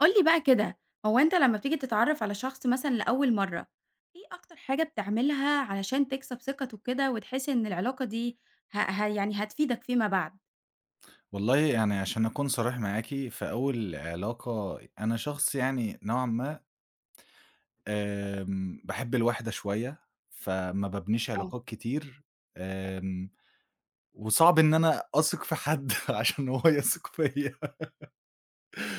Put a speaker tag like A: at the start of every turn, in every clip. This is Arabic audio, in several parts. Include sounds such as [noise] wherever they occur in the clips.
A: قُل لي بقى كده، هو أنت لمّا بتيجي تتعرّف على شخص مثلًا لأول مرّة، إيه أكتر حاجة بتعملها علشان تكسب ثقته كده وتحس إن العلاقة دي ه ه يعني هتفيدك فيما بعد؟
B: والله يعني عشان أكون صريح معاكِ، في أول علاقة أنا شخص يعني نوعًا ما باحب الوحدة شوية، فما بابنيش
A: آه.
B: علاقات كتير، آمم، وصعب إن أنا أثق في حد [laughs] عشان هو يثق فيّا.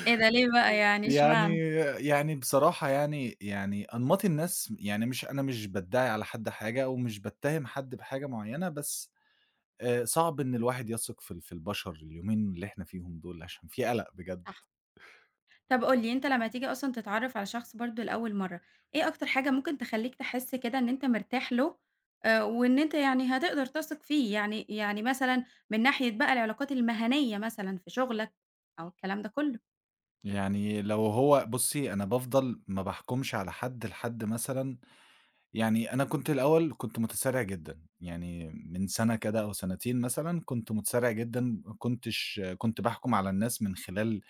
A: إيه ده ليه بقى يعني [laughs]
B: يعني
A: اشمعنى؟
B: يعني بصراحة يعني أنماط الناس يعني، مش أنا مش بادّعي على حد حاجة أو مش باتّهم حد بحاجة معيّنة، بس صعب إن الواحد يثق في ال في البشر اليومين اللي إحنا فيهم دول، عشان في قلق بجد.
A: صح. طب قُل لي أنت لمّا تيجي أصلًا تتعرّف على شخص برضه لأول مرّة، إيه أكتر حاجة ممكن تخلّيك تحس كده إن أنت مرتاح له وإن أنت يعني هتقدر تثق فيه؟ يعني مثلًا من ناحية بقى العلاقات المهنية مثلًا في شغلك أو الكلام ده كُلّه،
B: يعني لو هو بُصّي، أنا بافضل ما باحكمش على حد لحد مثلًا. يعني أنا كنت الأول متسرع جدًا، يعني من سنة كده أو سنتين مثلًا كنت متسرع جدًا، ما كنتش كنت باحكم على الناس من خلال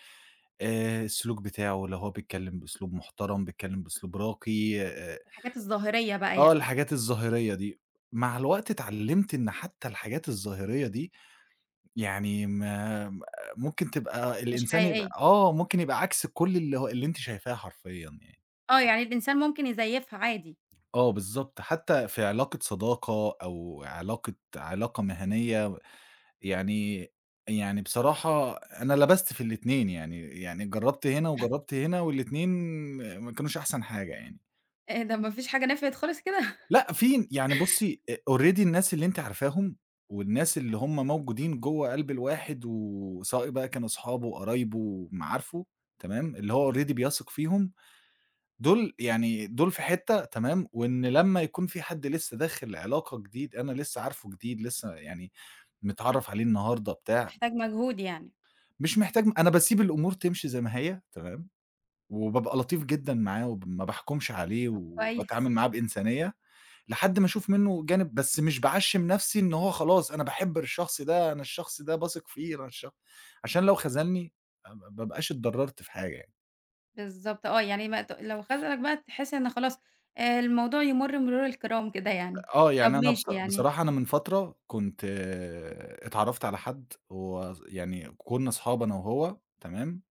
B: السلوك بتاعه، لو هو بيتكلم بأسلوب محترم، بيتكلم بأسلوب راقي
A: الحاجات الظاهرية بقى
B: آه
A: يعني
B: الحاجات الظاهرية دي، مع الوقت اتعلمت إن حتى الحاجات الظاهرية دي يعني ما ممكن تبقى
A: مش
B: الإنسان يبقى
A: حقيقية.
B: آه، ممكن يبقى عكس كل اللي أنتِ شايفاه حرفيًا يعني.
A: آه، يعني الإنسان ممكن يزيّفها عادي،
B: آه بالضبط، حتى في علاقة صداقة أو علاقة مهنية. يعني يعني بصراحة أنا لبست في الاتنين يعني، يعني جرّبت هنا وجرّبت هنا والاتنين ما كانوش أحسن حاجة يعني.
A: ده ما فيش حاجة نفعت خالص كده، [laughs]
B: لأ، في يعني بُصّي already الناس اللي أنتِ عارفاهم، والناس اللي هم موجودين جوّه قلب الواحد، وسواء بقى كانوا أصحابه، وقرايبه، معارفه، تمام، اللي هو already بيثق فيهم، دول في حتّة تمام، وإن لمّا يكون في حد لسه داخل علاقة جديد، أنا لسه عارفه جديد، لسه يعني متعرّف عليه النهارده بتاع.
A: تحتاج مجهود يعني.
B: مش محتاج، أنا باسيب الأمور تمشي زي ما هي تمام، وبابقى لطيف جدًا معاه، وب ما باحكمش عليه،
A: طب كويس،
B: وباتعامل معاه بإنسانية. لحد ما أشوف منّه جانب، بس مش باعشّم نَفْسي إن هو خلاص أنا باحب الشخص ده، أنا الشخص ده باثق فيه، أنا الشخ عشان لو خذلني ما بابقاش اتضرّرت في حاجة يعني.
A: بالضبط آه، يعني ما ت لو خذلك بقى تحس إن خلاص الموضوع يمُر مرور الكرام كده يعني.
B: آه،
A: طب
B: يعني أنا
A: ماشي يعني
B: بصراحة أنا من فترة كنت آه، اتعرّفت على حد هو ص يعني كُنّا أصحاب أنا وهو تمام،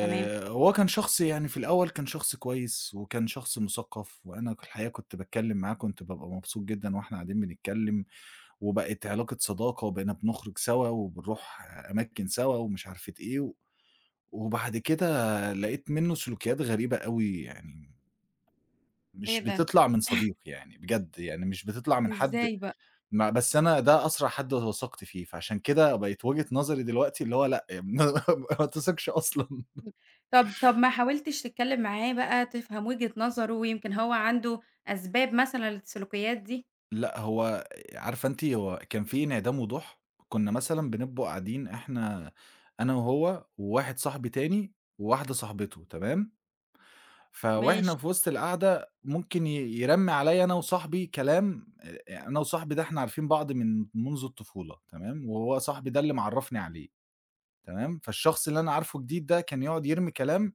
A: تمام،
B: كان شخص يعني في الأول كان شخص كويس وكان شخص مُثقّف وأنا الحقيقة كنت باتكلّم معاه كنت بابقى مبسوط جدًا وإحنا قاعدين بنتكلّم. وبقت علاقة صداقة وبقينا بنخرج سوا وبنروح أماكن سوا ومش عارفة إيه، وبعد كده لقيت منّه سلوكيات غريبة أوي، يعني
A: إيه
B: مش
A: ده!
B: بتطلع من صديق يعني بجد، يعني مش بتطلع من حد.
A: إزاي بقى؟
B: ما بس أنا ده أسرع حد وثقت فيه، فعشان كده بقت وجهة نظري دلوقتي اللي هو لأ، [laughs] ما تثقش أصلًا.
A: طب ما حاولتش تتكلّم معاه بقى تفهم وجهة نظره ويمكن هو عنده أسباب مثلًا للسلوكيات دي؟
B: لأ، هو عارفة أنتِ، هو كان في انعدام وضوح. كنا مثلًا بنبقوا قاعدين إحنا أنا وهو وواحد صاحبي تاني وواحدة صاحبته تمام؟
A: ماشي،
B: فوإحنا في وسط القعدة ممكن يرمّي عليّا أنا وصاحبي كلام، أنا وصاحبي ده إحنا عارفين بعض من منذ الطفولة تمام، وهو صاحبي ده اللي معرّفني عليه تمام. فالشخص اللي أنا عارفه جديد ده كان يقعد يرمي كلام،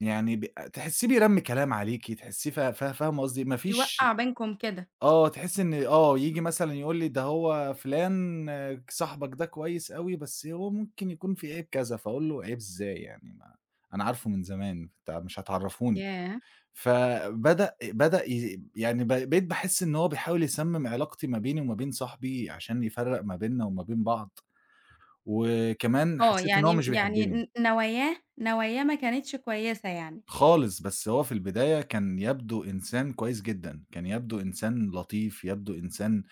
B: يعني ب تحسّيه بيرمّي كلام عليكِ، تحسّيه فا فا فاهمة قصدي، ما فيش.
A: يوقّع بينكم كده،
B: آه، تحسّي إن آه، ييجي مثلًا يقول لي ده هو فلان آه، صاحبك ده كويس أوي بس هو ممكن يكون فيه عيب كذا، فاقول له عيب إزاي يعني، ما أنا عارفه من زمان، أنت مش هتعرّفوني.
A: ياه!
B: فبدأ بدأ ي يعني بقيت باحس إن هو بيحاول يسمم علاقتي ما بيني وما بين صاحبي عشان يفرّق ما بيننا وما بين بعض، وكمان
A: آه،
B: حسيت إن هو
A: يعني
B: مش
A: يعني
B: بيحبني
A: ن نواياه ما كانتش كويسة يعني.
B: خالص، بس هو في البداية كان يبدو إنسان كويس جدًا، كان يبدو إنسان لطيف، يبدو إنسان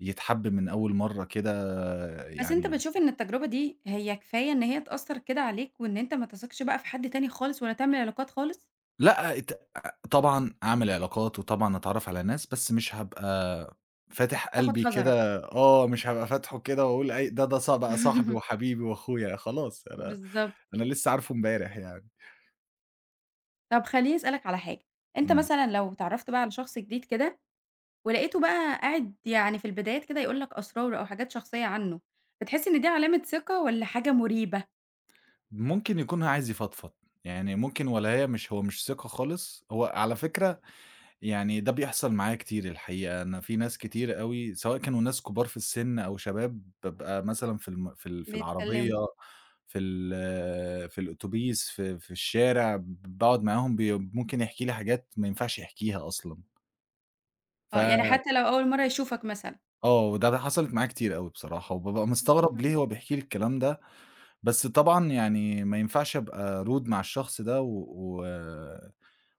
B: يتحب من أول مرّة كده
A: بس أنت
B: يعني.
A: بتشوف إن التجربة دي هي كفاية إن هي تأثّر كده عليك وإن أنت ما تثقش بقى في حد تاني خالص ولا تعمل علاقات خالص؟
B: لأ، طبعًا أعمل علاقات وطبعًا أتعرّف على ناس، بس مش هابقى فاتح
A: تاخد
B: قلبي
A: حذرك.
B: كده آه، مش هابقى فاتحه كده وأقول أي ده بقى صاحبي
A: [laughs]
B: وحبيبي وأخويا، خلاص أنا.
A: بالضبط.
B: أنا لسه عارفه امبارح يعني.
A: طب خلّيني أسألك على حاجة، أنت
B: إمم.
A: مثلًا لو اتعرّفت بقى على شخص جديد كده ولقيته بقى قاعد يعني في البدايات كده يقول لك أسراره أو حاجات شخصية عنه، بتحس إن دي علامة ثقة والّا حاجة مريبة
B: ممكن يكون عايز يفضفض، يعني ممكن، والَّا هي مش هو مش ثقة خالص، هو على فكرة يعني ده بيحصل معايا كتير الحقيقة، أنا في ناس كتير أوي سواء كانوا ناس كبار في السن أو شباب، بابقى مثلًا في
A: بيتكلموا؟
B: العربية، في الأوتوبيس، في الشارع، باقعد معاهم ممكن يحكي لي حاجات ما ينفعش يحكيها أصلًا، ف
A: آه، يعني حتى لو أول مرّة يشوفك مثلًا.
B: آه، وده حصلت معايا كتير أوي بصراحة، وبابقى مستغرب ليه هو
A: [laughs]
B: بيحكي لي الكلام ده. بس طبعًا يعني ما ينفعش أبقى rude مع الشخص ده و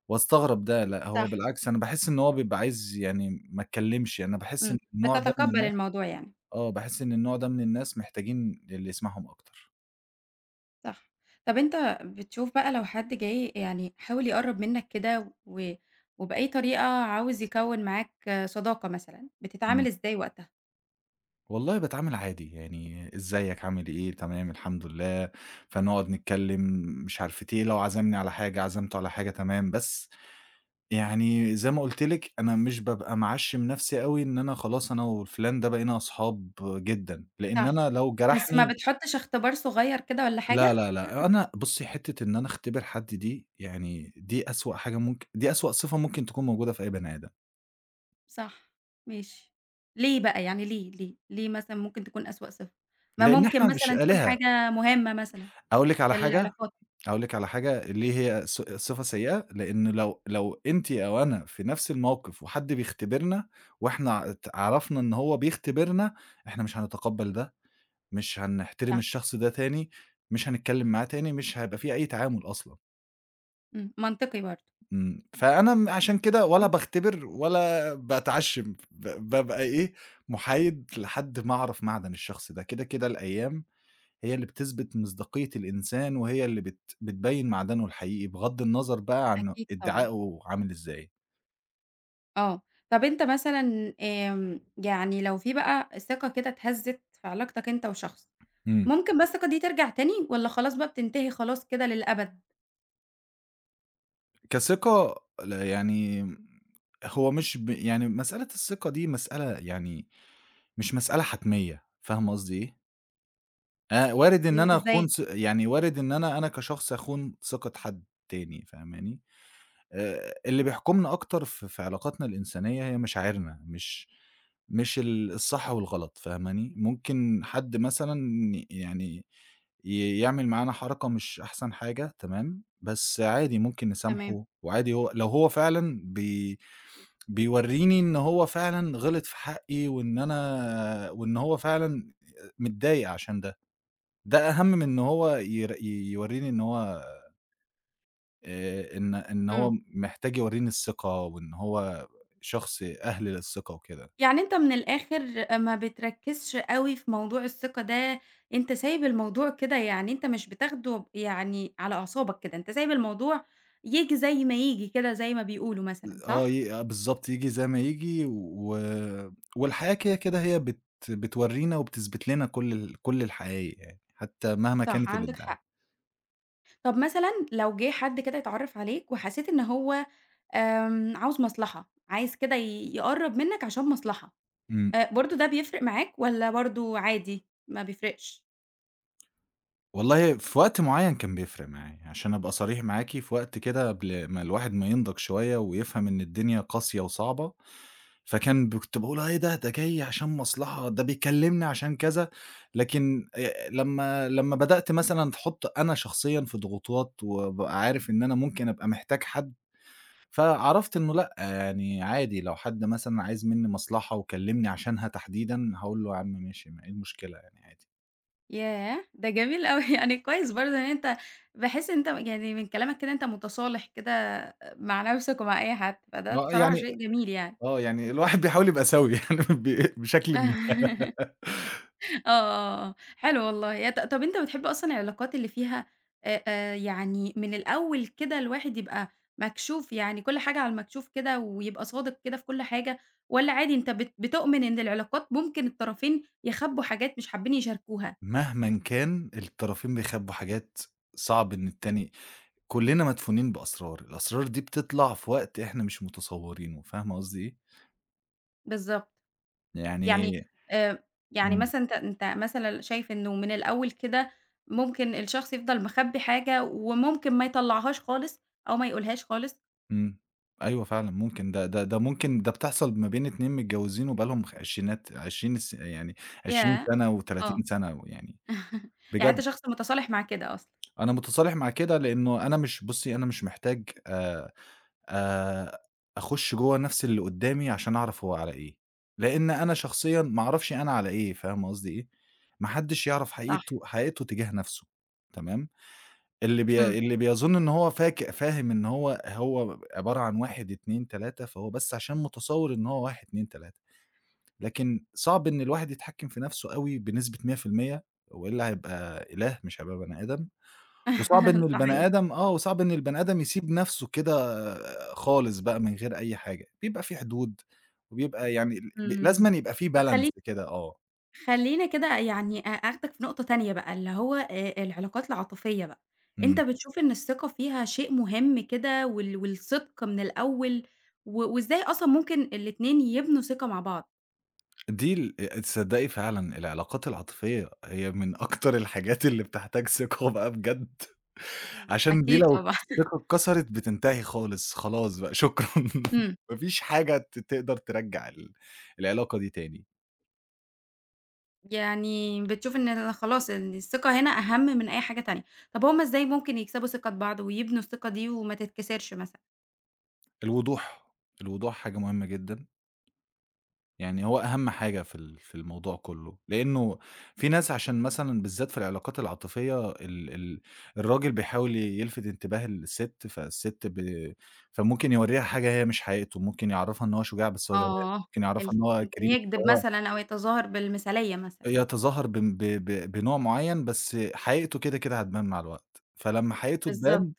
B: واستغرب ده، لأ هو
A: صح.
B: بالعكس أنا باحس إن هو بيبقى عايز، يعني ما اتكلمش، يعني أنا باحس إن
A: إمم،
B: النوع ده من
A: بتتقبّل
B: الناس
A: الموضوع يعني.
B: آه، باحس إن النوع ده من الناس محتاجين اللي يسمعهم أكتر.
A: صح. طب أنت بتشوف بقى لو حد جاي يعني حاول يقرّب منّك كده و وبأي طريقة عاوز يكوّن معاك صداقة مثلًا، بتتعامل
B: إمم.
A: إزاي وقتها؟
B: والله باتعامل عادي، يعني إزيك، عامل إيه، تمام، الحمد لله، فنقعد نتكلم مش عارفة إيه، لو عزمني على حاجة، عزمته على حاجة، تمام، بس يعني زي ما قُلت لِك أنا مش بابقى معشّم نَفْسي أوي إن أنا خلاص أنا وفُلان ده بقينا أصحاب جدًا، لإن
A: صح.
B: أنا لو
A: بس ما
B: جرحني.
A: بتحطّش اختبار صغير كده والّا
B: لا،
A: حاجة؟
B: لا، لأ، أنا بُصّي حتّة إن أنا أختبر حد دي يعني، دي أسوأ حاجة ممكن، دي أسوأ صفة ممكن تكون موجودة في أي بني آدم،
A: صح، ماشي. ليه بقى، يعني ليه مثلًا ممكن تكون أسوأ صفة؟ ما
B: لإن
A: ممكن
B: إحنا مش
A: مثلًا تكون
B: آلهة.
A: حاجة مهمة مثلًا
B: هاقول لِك
A: في
B: على حاجة
A: العلاقات،
B: هاقول لِك على حاجة ليه هي صفة سيئة، لإن لو أنتِ أو أنا في نَفْس الموقف وحد بيختبرنا وإحنا عرفنا إن هو بيختبرنا، إحنا مش هنتقبّل ده. مش هنحترم
A: صح،
B: الشخص ده تاني، مش هنتكلم معاه تاني، مش هيبقى في أي تعامل أصلًا.
A: إمم، منطقي برضه،
B: إمم. فأنا عشان كده ولا
A: إمم،
B: باختبر ولا باتعشِّم، بابقى إيه، مُحايد لحد ما أعرف معدن الشخص ده، كده، كده الأيام هي اللي بتثبت مصداقية الإنسان، وهي اللي بتبيّن معدنه الحقيقي، بغض النظر بقى عن
A: أكيد طبعًا.
B: ادعائه عامل إزاي.
A: آه. طَب أنت مثلًا يعني لو في بقى ثقة كده اتهزّت في علاقتك أنت وشخص،
B: إمم.
A: ممكن بقى الثقة دي ترجع تاني والّا خلاص بقى بتنتهي خلاص كده للأبد؟
B: كثقة لا يعني، هو مش ب يعني مسألة الثقة دي مسألة يعني، مش مسألة حتمية، فاهم قصدي إيه؟ وارد إن
A: إمم،
B: أنا
A: إزاي؟
B: أخون ث يعني وارد إن أنا كشخص أخون ثقة حد تاني، فاهماني؟ اللي بيحكمنا أكتر في علاقاتنا الإنسانية هي مشاعرنا، مش مش ال الصح والغلط، فاهماني؟ ممكن حد مثلًا يعني يعمل معانا حركة مش أحسن حاجة تمام، بس عادي ممكن
A: تمام،
B: نسامحه وعادي هو لو هو فعلًا بيورّيني إن هو فعلًا غلط في حقي وإن هو فعلًا متضايق عشان ده. ده أهم من إن هو ير ي يورّيني إن هو إن
A: إمم.
B: هو محتاج يورّيني الثقة وإن هو شخص أهل للثقة وكده.
A: يعني أنت من الآخر ما بتركّزش أوي في موضوع الثقة ده، أنت سايب الموضوع كده يعني أنت مش بتاخده يعني على أعصابك كده، أنت سايب الموضوع ييجي زي ما ييجي كده زي ما بيقولوا مثلًا،
B: آه،
A: صح؟
B: ي آه بالضبط، ييجي زي ما ييجي، و والحياة كده، كده هي بتورّينا وبتثبت لنا كل الحقايق يعني، حتى مهما
A: صح،
B: كانت
A: عندِك
B: الإدعاءات.
A: حق. طَب مثلًا لو جِه حد كده اتعرّف عليك وحسيت إن هو عاوز مصلحة، عايز كده يقرّب منك عشان مصلحة،
B: إمم.
A: برضه ده بيفرق معاك والّا برضه عادي ما بيفرقش؟
B: والله في وقت معيّن كان بيفرق معايا، عشان أبقى صريح معاكِ في وقت كده قبل ما الواحد ما ينضج شوية ويفهم إن الدنيا قاسية وصعبة. فكان ب كنت باقول إيه ده، ده جاي عشان مصلحة، ده بيكلّمني عشان كذا، لكن لمّا بدأت مثلًا أتحُط أنا شخصيًا في ضغوطات وابقى عارف إن أنا ممكن أبقى محتاج حد، فعرفت إنه لأ، يعني عادي لو حد مثلًا عايز منّي مصلحة وكلّمني عشانها تحديدًا، هاقول له: "يا عم ماشي، ما إيه المشكلة يعني عادي."
A: ياه! ده جميل أوي، [laughs] يعني كويس برضه إن أنت باحس إن أنت يعني من كلامك كده أنت متصالح كده مع نفسك ومع أي حد، فده
B: ما
A: بصراحة
B: يعني
A: شيء جميل يعني.
B: آه، يعني الواحد [laughs] بيحاول يبقى سَوِي [laughs] يعني بشكلٍ ما.
A: [laughs] آه، حلو والله. يا ط طب أنت بتحب أصلًا العلاقات اللي فيها يعني من الأول كده الواحد يبقى مكشوف، يعني كل حاجة على المكشوف كده ويبقى صادق كده في كل حاجة، والّا عادي أنت بتؤمن إن العلاقات ممكن الطرفين يخبّوا حاجات مش حابين يشاركوها؟
B: مهمًا كان الطرفين بيخبّوا حاجات، صعب إن التاني، كلنا مدفونين بأسرار، الأسرار دي بتطلع في وقت إحنا مش متصورينه، فاهمة قصدي إيه؟
A: بالضبط. يعني
B: يعني
A: آآ يعني
B: إمم.
A: مثلًا أنت مثلًا شايف إنه من الأول كده ممكن الشخص يفضل مخبّي حاجة وممكن ما يطلّعهاش خالص أو ما يقولهاش خالص؟
B: إمم، أيوه فعلًا ممكن ده ممكن ده بتحصل ما بين 2 متجوزين وبقى لهم عشرينات 20 يعني 20
A: ياه!
B: سنة و30
A: آه.
B: سنة ويعني
A: [laughs] يعني أنت
B: بجد.
A: شخص متصالح مع كده أصلًا.
B: أنا متصالح مع كده لأنه أنا مش بُصّي أنا مش محتاج آآ أخُش جوّه نَفْس اللي قُدّامي عشان أعرف هو على إيه، لإن أنا شخصيًا ما أعرفش أنا على إيه، فاهم قصدي إيه؟ ما حدّش يعرف
A: صح،
B: حقيقته تجاه نَفْسه تمام. اللي
A: إمم.
B: بي اللي بيظُن إن هو فاهم إن هو عبارة عن 1، 2، 3 فهو بس عشان متصوّر إن هو 1، 2، 3. لكن صعب إن الواحد يتحكّم في نَفْسه أوي بنسبة 100%، وإلّا هيبقى إله مش هيبقى بني آدم. وصعب إن
A: [laughs]
B: البني
A: صحيح،
B: آدم آه، وصعب إن البني آدم يسيب نَفْسه كده آه، خالص بقى من غير أي حاجة، بيبقى في حدود، وبيبقى يعني ال ب
A: إمم.
B: لازمًا يبقى في
A: طب
B: balance
A: خلّي
B: كده آه.
A: خلّينا كده يعني آخدك في نقطة تانية بقى، اللي هو العلاقات العاطفية بقى، أنت
B: إمم.
A: بتشوف إن الثقة فيها شيء مهم كده والصدق من الأول، وإزاي أصلًا ممكن الاتنين يبنوا ثقة مع بعض؟
B: دي ال آه، تصدّقي فعلًا العلاقات العاطفية هي من أكتر الحاجات اللي بتحتاج ثقة بقى بجد،
A: إمم.
B: عشان دي
A: أكيد
B: لو
A: طبعًا. [laughs]
B: الثقة اتكسرت بتنتهي خالص، خلاص بقى شكرًا،
A: إمم.
B: [laughs] ما فيش حاجة تقدر ترجّع العلاقة دي تاني.
A: يعني بتشوف إن خلاص إن الثقة هنا أهم من أي حاجة تانية. طب هُم إزاي ممكن يكسبوا ثقة بعض ويبنوا الثقة دي وما تتكسرش مثلًا؟
B: الوضوح، الوضوح حاجة مهمة جدًا. يعني هو أهم حاجة في ال في الموضوع كلّه، لإنه في ناس عشان مثلًا بالذات في العلاقات العاطفية ال ال الراجل بيحاول يلفت انتباه السِت، فالسِت ب فممكن يورّيها حاجة هي مش حقيقته، ممكن يعرّفها إن هو شجاع بس هو جبان،
A: آه،
B: ممكن
A: ال
B: يعرّفها إن هو
A: ممكن
B: كريم بس
A: يكدب
B: هو
A: مثلًا أو يتظاهر بالمثالية مثلًا.
B: يتظاهر بم ب ب بنوع معيّن، بس حقيقته كده، كده هتبان مع الوقت، فلمّا حقيقته
A: بالضبط،
B: تبان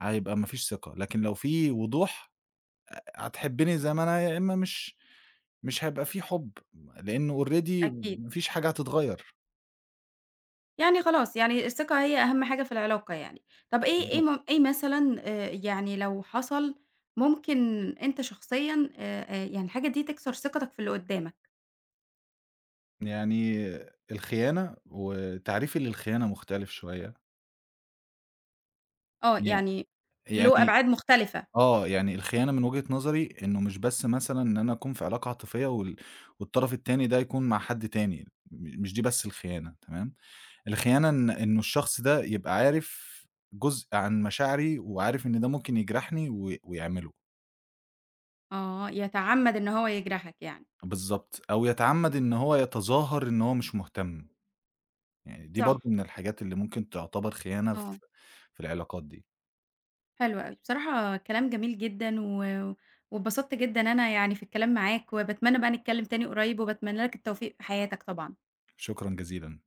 B: هيبقى ما فيش ثقة، لكن لو في وضوح هتحبّني زي ما أنا، يا إمّا مش هيبقى في حُب، لإنه already
A: أكيد.
B: ما فيش حاجة هتتغيّر.
A: يعني خلاص، يعني الثقة هي أهم حاجة في العلاقة يعني. طَب
B: بالضبط.
A: إيه مثلًا يعني لو حصل ممكن أنت شخصيًا يعني الحاجة دي تكسر ثقتك في اللي قدّامك؟
B: يعني الخيانة وتعريفي للخيانة مختلف شوية.
A: آه،
B: ي
A: يعني له
B: يعني
A: أبعاد مختلفة.
B: آه. يعني الخيانة من وجهة نظري إنه مش بس مثلًا إن أنا أكون في علاقة عاطفية وال والطرف التاني ده يكون مع حد تاني، مش دي بس الخيانة تمام؟ الخيانة إنه الشخص ده يبقى عارف جزء عن مشاعري وعارف إن ده ممكن يجرحني ويعمله.
A: آه، يتعمّد إن هو يجرحك يعني.
B: بالضبط، أو يتعمّد إن هو يتظاهر إن هو مش مهتم، يعني دي
A: صح،
B: برضه من الحاجات اللي ممكن تعتبر خيانة في
A: آه.
B: في العلاقات دي.
A: حلو أوي، بصراحة كلام جميل جدًا واتبسطت جدًا أنا يعني في الكلام معاك، وباتمنى بقى نتكلم تاني قريب، وباتمنى لك التوفيق في حياتك طبعًا.
B: شكرًا جزيلًا.